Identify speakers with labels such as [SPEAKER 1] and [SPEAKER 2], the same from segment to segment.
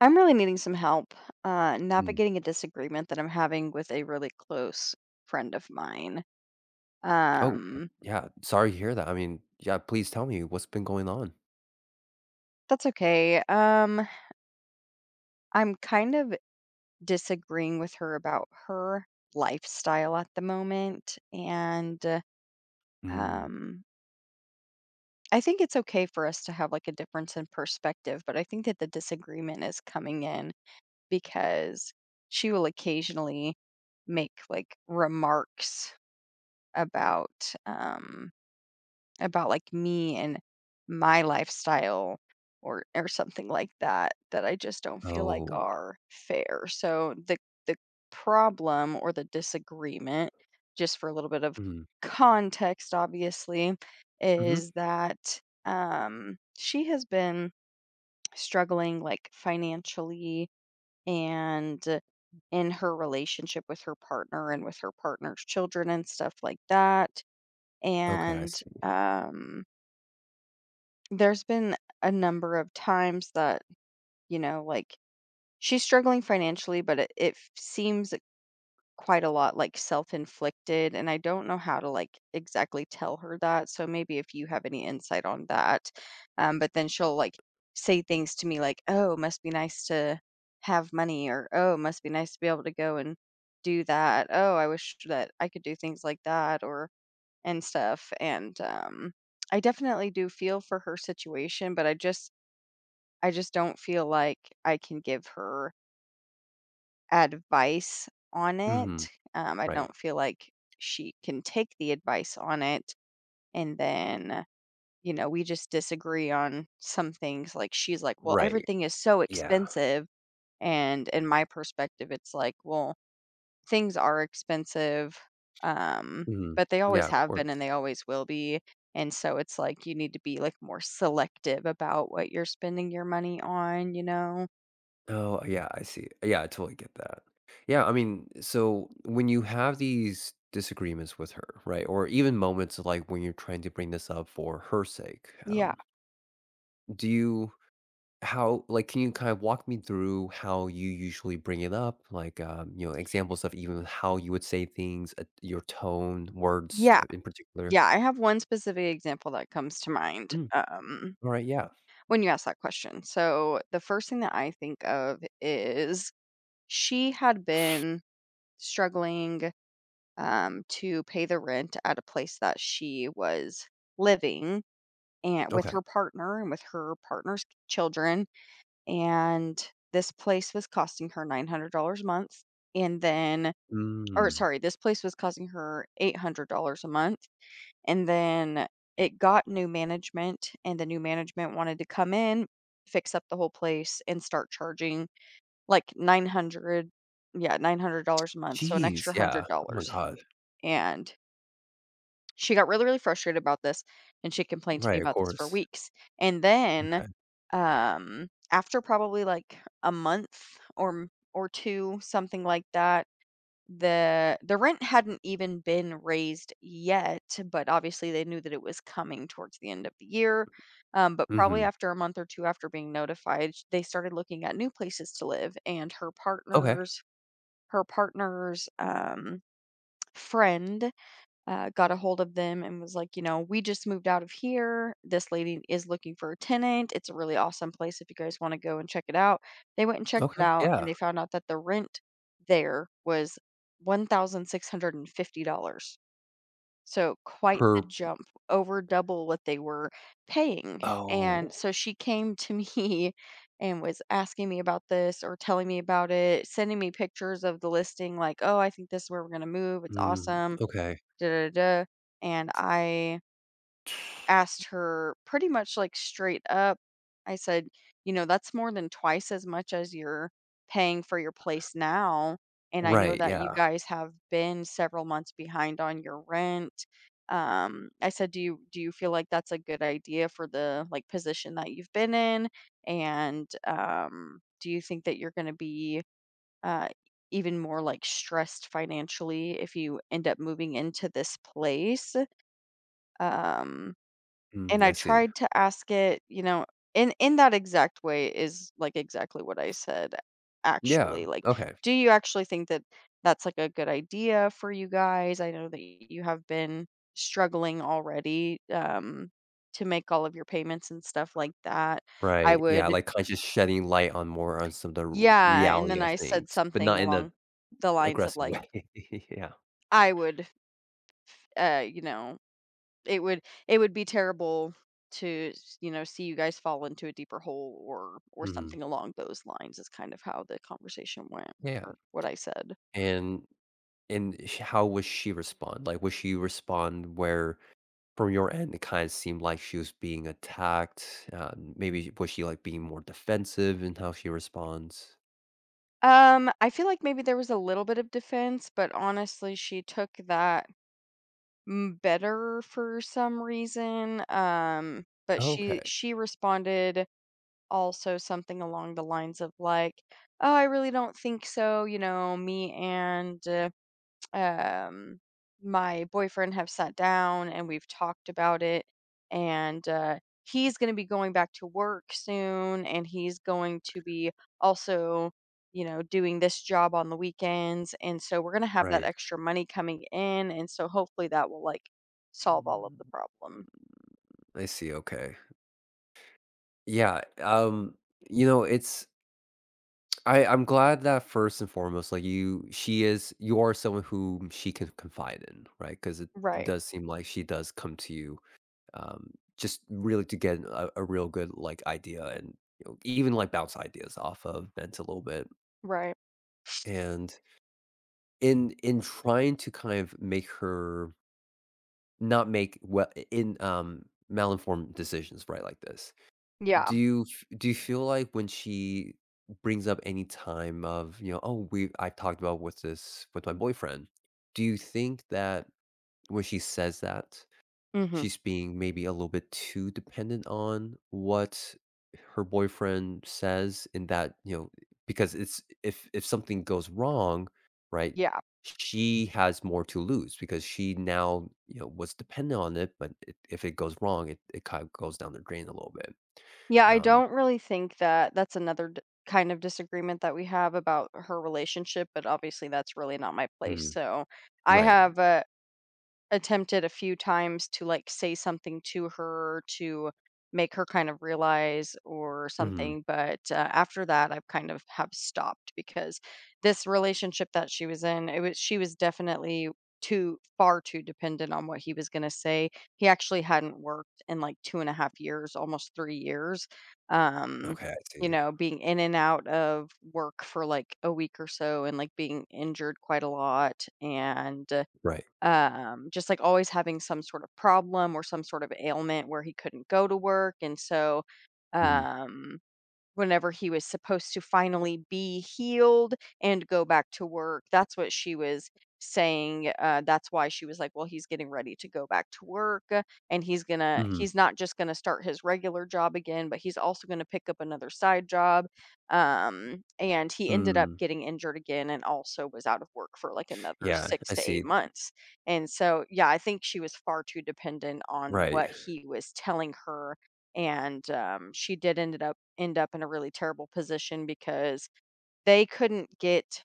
[SPEAKER 1] I'm really needing some help
[SPEAKER 2] Mm.
[SPEAKER 1] navigating a disagreement that I'm having with a really close friend of mine.
[SPEAKER 2] Oh,
[SPEAKER 1] Um,
[SPEAKER 2] yeah, sorry to hear that. I mean, yeah, please tell me what's been going on?
[SPEAKER 1] that's okay. I'm kind of disagreeing with her about her lifestyle at the moment, and
[SPEAKER 2] Mm.
[SPEAKER 1] um, I think it's okay for us to have like a difference in perspective. But I think that the disagreement is coming in because she will occasionally make like remarks about. Um, about, like, me and my lifestyle or something like that, that I just don't feel like
[SPEAKER 2] Oh.
[SPEAKER 1] are fair. So the problem or the disagreement, just for a little bit of
[SPEAKER 2] Mm.
[SPEAKER 1] context, obviously,
[SPEAKER 2] Mhm.
[SPEAKER 1] is that, she has been struggling, like, financially and in her relationship with her partner and with her partner's children and stuff like that,
[SPEAKER 2] Okay, I
[SPEAKER 1] and,
[SPEAKER 2] see.
[SPEAKER 1] um there's been a number of times that, you know, like she's struggling financially, but it seems quite a lot like self-inflicted, and I don't know how to like exactly tell her that. So maybe if you have any insight on that, but then she'll like say things to me like, "Oh, must be nice to have money," or "Oh, must be nice to be able to go and do that." "Oh, I wish that I could do things like that," or and stuff, and. I definitely do feel for her situation, but I just don't feel like I can give her advice on
[SPEAKER 2] Mhm.
[SPEAKER 1] it. I
[SPEAKER 2] Right.
[SPEAKER 1] don't feel like she can take the advice on it. And then, you know, we just disagree on some things. Like she's like, well,
[SPEAKER 2] Right.
[SPEAKER 1] everything is so
[SPEAKER 2] Yeah.
[SPEAKER 1] expensive. And in my perspective, it's like, well, things are expensive. Um,
[SPEAKER 2] Mhm.
[SPEAKER 1] but they always
[SPEAKER 2] Yeah, of
[SPEAKER 1] have been and
[SPEAKER 2] course.
[SPEAKER 1] they always will be. And so it's like you need to be like more selective about what you're spending your money on, you know?
[SPEAKER 2] Oh, yeah, I see. Yeah, I totally get that. Yeah, I mean, so when you have these disagreements with her, right? Or even moments like when you're trying to bring this up for her sake,
[SPEAKER 1] Yeah.
[SPEAKER 2] do you How like, can you kind of walk me through how you usually bring it up? Like, examples of even how you would say things, your tone, words,
[SPEAKER 1] Yeah,
[SPEAKER 2] in particular?
[SPEAKER 1] yeah, I have one specific example that comes to mind,
[SPEAKER 2] Mm, alright, yeah.
[SPEAKER 1] when you ask that question. So, the first thing that I think of is she had been struggling, to pay the rent at a place that she was living and with
[SPEAKER 2] Okay.
[SPEAKER 1] her partner and with her partner's children, and this place was costing her $900 a month, and then or
[SPEAKER 2] Mm.
[SPEAKER 1] sorry, this place was costing her $800 a month. And then it got new management, and the new management wanted to come in, fix up the whole place, and start charging like 900 yeah, $900 a month, so an extra
[SPEAKER 2] Jeez, yeah. Oh my
[SPEAKER 1] $100.
[SPEAKER 2] god.
[SPEAKER 1] And she got really, really frustrated about this, and she complained to me
[SPEAKER 2] Right, of
[SPEAKER 1] about this for
[SPEAKER 2] course.
[SPEAKER 1] weeks. And then,
[SPEAKER 2] Okay.
[SPEAKER 1] after probably like a month or 2, something like that, the rent hadn't even been raised yet, but obviously they knew that it was coming towards the end of the year. But probably
[SPEAKER 2] Mhm.
[SPEAKER 1] after a month or two after being notified, they started looking at new places to live, and
[SPEAKER 2] Okay.
[SPEAKER 1] her partner's friend got a hold of them and was like, you know, we just moved out of here. This lady is looking for a tenant. It's a really awesome place if you guys want to go and check it out. They went and checked it
[SPEAKER 2] Okay,
[SPEAKER 1] out and
[SPEAKER 2] yeah.
[SPEAKER 1] they found out that the rent there was $1,650. So quite the
[SPEAKER 2] Per
[SPEAKER 1] jump, over double what they were paying. And
[SPEAKER 2] Oh.
[SPEAKER 1] so she came to me and was asking me about this or telling me about it, sending me pictures of the listing, like, oh, I think this is where we're going to move. It's
[SPEAKER 2] Mm,
[SPEAKER 1] awesome
[SPEAKER 2] okay.
[SPEAKER 1] da da da. Da." And I asked her pretty much like straight up. I said, you know, that's more than twice as much as you're paying for your place now. And I know
[SPEAKER 2] Right,
[SPEAKER 1] that you
[SPEAKER 2] yeah.
[SPEAKER 1] guys have been several months behind on your rent. I said, do you feel like that's a good idea for the like position that you've been in? And do you think that you're going to be uh, even more like stressed financially if you end up moving into this place? Um, and
[SPEAKER 2] Mm,
[SPEAKER 1] I
[SPEAKER 2] I see.
[SPEAKER 1] tried to ask it, you know, in that exact way is, like, exactly what I said,
[SPEAKER 2] Yeah,
[SPEAKER 1] actually, like,
[SPEAKER 2] okay.
[SPEAKER 1] "Do you actually think that that's, like, a good idea for you guys? I know that you have been struggling already, to make all of your payments and stuff like that." I
[SPEAKER 2] Right, yeah,
[SPEAKER 1] would
[SPEAKER 2] like, kinda just shedding light on more on some of the r
[SPEAKER 1] Yeah, and then
[SPEAKER 2] reality of
[SPEAKER 1] I said
[SPEAKER 2] things, but
[SPEAKER 1] something
[SPEAKER 2] not in a
[SPEAKER 1] along the lines of,
[SPEAKER 2] aggressive
[SPEAKER 1] like,
[SPEAKER 2] way. Yeah.
[SPEAKER 1] "I would, you know," it would it would be terrible to, s you know, see you guys fall into a deeper hole or
[SPEAKER 2] Mhm.
[SPEAKER 1] something along those lines is kind of how the conversation went
[SPEAKER 2] Yeah,
[SPEAKER 1] or what I said.
[SPEAKER 2] and and sh how would she respond? Like, would she respond where from your end, it kinda seemed like she was being attacked? Maybe was she, like, being more defensive in how she responds?
[SPEAKER 1] I feel like maybe there was a little bit of defense, but honestly, she took that m better for some reason, but she
[SPEAKER 2] Okay,
[SPEAKER 1] she responded also something along the lines of like, "Oh, I really don't think so, you know, me and" um, my boyfriend have sat down and we've talked about it. And he's going to be going back to work soon. And he's going to be also, you know, doing this job on the weekends. And so we're going to have that
[SPEAKER 2] right.
[SPEAKER 1] extra money coming in. And so hopefully that will like solve all of the
[SPEAKER 2] Mm,
[SPEAKER 1] problem.
[SPEAKER 2] I see, okay. Yeah, you know, it's I I'm glad that first and foremost, like, you are someone whom she can confide in, right? 'Cause it
[SPEAKER 1] Right.
[SPEAKER 2] does seem like she does come to you, just really to get a real good, like, idea and, even, like, bounce ideas off of vent a little bit.
[SPEAKER 1] Right.
[SPEAKER 2] And in trying to kind of make her not make well in, malinformed decisions, right, like this,
[SPEAKER 1] Yeah.
[SPEAKER 2] do you feel like when she brings up any time of, "Oh, we I've talked about with this with my boyfriend," do you think that when she says that,
[SPEAKER 1] hmm
[SPEAKER 2] she's being maybe a little bit too dependent on what her boyfriend says in that, because it's if something goes wrong, right,
[SPEAKER 1] Yeah.
[SPEAKER 2] she has more to lose because she now, was dependent on it, but I if it goes wrong, it kinda goes down the drain a little bit.
[SPEAKER 1] Yeah, I
[SPEAKER 2] Um
[SPEAKER 1] don't really think that that's another d kind of disagreement that we have about her relationship, but obviously that's really not my place,
[SPEAKER 2] Mm,
[SPEAKER 1] so I
[SPEAKER 2] right,
[SPEAKER 1] have, attempted a few times to, like, say something to her to make her kind of realize or
[SPEAKER 2] mhm,
[SPEAKER 1] something, but, after that, I've kind of have stopped because this relationship that she was in, it was she was definitely too far too dependent on what he was gonna say. He actually hadn't worked in, like, 2 and a half years, almost 3 years, um,
[SPEAKER 2] okay, I
[SPEAKER 1] you
[SPEAKER 2] see,
[SPEAKER 1] know, being in and out of work for, like, a week or so and, like, being injured quite a lot and uh,
[SPEAKER 2] right,
[SPEAKER 1] um, just like always having some sort of problem or some sort of ailment where he couldn't go to work. And so,
[SPEAKER 2] mhm,
[SPEAKER 1] um, whenever he was supposed to finally be healed and go back to work. That's what she was saying. That's why she was like, well, he's getting ready to go back to work and
[SPEAKER 2] mhm,
[SPEAKER 1] he's not just gonna start his regular job again, but he's also gonna pick up another side job. And he ended up
[SPEAKER 2] mm,
[SPEAKER 1] getting injured again and also was out of work for like another
[SPEAKER 2] yeah,
[SPEAKER 1] six
[SPEAKER 2] I
[SPEAKER 1] to eight
[SPEAKER 2] see,
[SPEAKER 1] months. And so, yeah, I think she was far too dependent on
[SPEAKER 2] right.
[SPEAKER 1] what he was telling her and, she did end up in a really terrible position because they couldn't get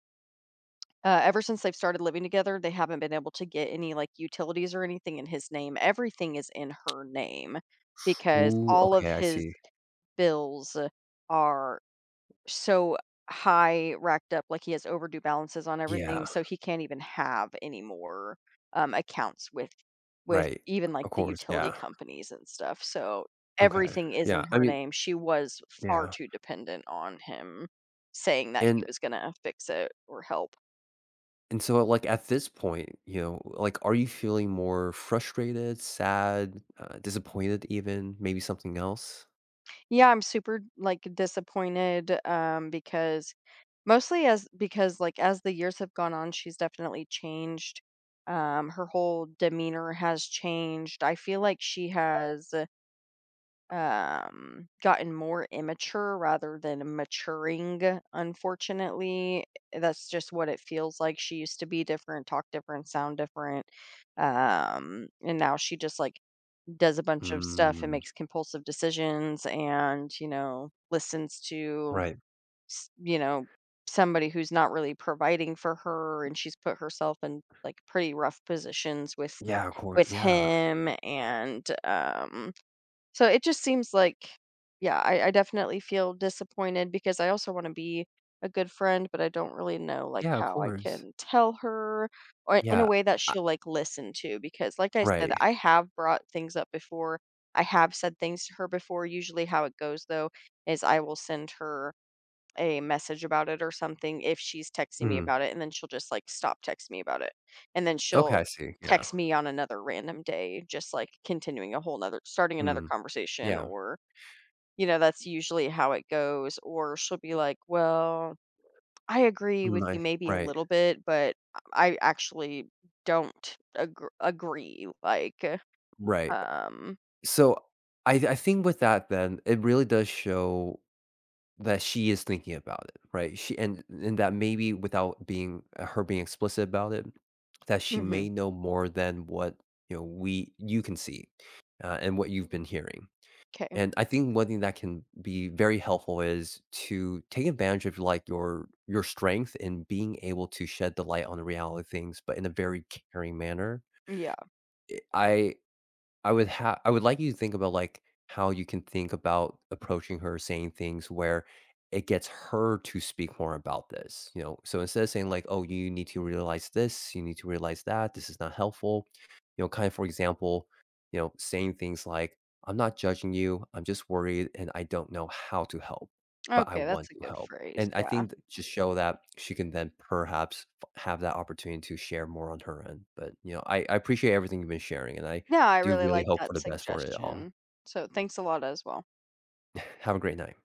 [SPEAKER 1] ever since they've started living together, they haven't been able to get any like utilities or anything in his name. Everything is in her name because
[SPEAKER 2] Ooh,
[SPEAKER 1] all of
[SPEAKER 2] okay, I
[SPEAKER 1] his
[SPEAKER 2] see,
[SPEAKER 1] bills are so high racked up, like he has overdue balances on everything,
[SPEAKER 2] yeah,
[SPEAKER 1] so he can't even have any more accounts with
[SPEAKER 2] right,
[SPEAKER 1] even like
[SPEAKER 2] of
[SPEAKER 1] the
[SPEAKER 2] course,
[SPEAKER 1] utility
[SPEAKER 2] yeah,
[SPEAKER 1] companies and stuff. So
[SPEAKER 2] okay,
[SPEAKER 1] everything is
[SPEAKER 2] yeah,
[SPEAKER 1] in
[SPEAKER 2] I
[SPEAKER 1] her
[SPEAKER 2] mean
[SPEAKER 1] name. She was far
[SPEAKER 2] yeah,
[SPEAKER 1] too dependent on him saying that he
[SPEAKER 2] and
[SPEAKER 1] was going to fix it or help.
[SPEAKER 2] and so, like, at this point, like, are you feeling more frustrated, sad, disappointed even, maybe something else?
[SPEAKER 1] Yeah, I'm super like disappointed because mostly as because, like, as the years have gone on, she's definitely changed. Her whole demeanor has changed. I feel like she has, gotten more immature rather than maturing, unfortunately. That's just what it feels like. She used to be different, talk different, sound different. And now she just, like, does a bunch of stuff and
[SPEAKER 2] Mm,
[SPEAKER 1] makes compulsive decisions and, you know, listens to
[SPEAKER 2] right,
[SPEAKER 1] s- you know somebody who's not really providing for her and she's put herself in like pretty rough positions with
[SPEAKER 2] yeah, of course, yeah,
[SPEAKER 1] him and so it just seems like yeah I definitely feel disappointed because I also want to be a good friend but I don't really know like
[SPEAKER 2] yeah, of
[SPEAKER 1] how I
[SPEAKER 2] course,
[SPEAKER 1] can tell her or in a
[SPEAKER 2] yeah,
[SPEAKER 1] way that
[SPEAKER 2] I
[SPEAKER 1] she'll like listen to because like I said
[SPEAKER 2] right,
[SPEAKER 1] I have brought things up before I have said things to her before usually how it goes though is I will send her a message about it or something if she's texting me
[SPEAKER 2] mm,
[SPEAKER 1] about it, and then she'll just, like, stop texting me about it. And then
[SPEAKER 2] okay,
[SPEAKER 1] she'll
[SPEAKER 2] I see, yeah,
[SPEAKER 1] text me on another random day, just, like, continuing a whole 'nother starting another
[SPEAKER 2] mm,
[SPEAKER 1] conversation
[SPEAKER 2] yeah.
[SPEAKER 1] or, you know, that's usually how it goes. Or she'll be like, "Well, I agree with you
[SPEAKER 2] Right,
[SPEAKER 1] maybe a
[SPEAKER 2] right,
[SPEAKER 1] little bit, but I actually don't agree," like,
[SPEAKER 2] right.
[SPEAKER 1] um
[SPEAKER 2] So I think with that then, it really does show that she is thinking about it, right? She and that maybe without being her being explicit about it, that she
[SPEAKER 1] mhm,
[SPEAKER 2] may know more than what, we you can see, and what you've been hearing.
[SPEAKER 1] 'kay,
[SPEAKER 2] And I think one thing that can be very helpful is to take advantage of like your strength in being able to shed the light on the reality of things, but in a very caring manner.
[SPEAKER 1] yeah.
[SPEAKER 2] I I would have. I would like you to think about, like, how you can think about approaching her saying things where it gets her to speak more about this, you know? So instead of saying like, "Oh, you need to realize this, you need to realize that, this is not helpful," kind of, for example, saying things like, "I'm not judging you, I'm just worried and I don't know how to help, but I
[SPEAKER 1] Okay, that's
[SPEAKER 2] want
[SPEAKER 1] a
[SPEAKER 2] to
[SPEAKER 1] good
[SPEAKER 2] help."
[SPEAKER 1] phrase,
[SPEAKER 2] And I
[SPEAKER 1] yeah.
[SPEAKER 2] think that just show that she can then perhaps f have that opportunity to share more on her end. But, I appreciate everything you've been sharing, and I
[SPEAKER 1] Yeah, I
[SPEAKER 2] do
[SPEAKER 1] really
[SPEAKER 2] really
[SPEAKER 1] like
[SPEAKER 2] hope for
[SPEAKER 1] that
[SPEAKER 2] the best for it all.
[SPEAKER 1] suggestion. So thanks a lot as well.
[SPEAKER 2] Have a great night.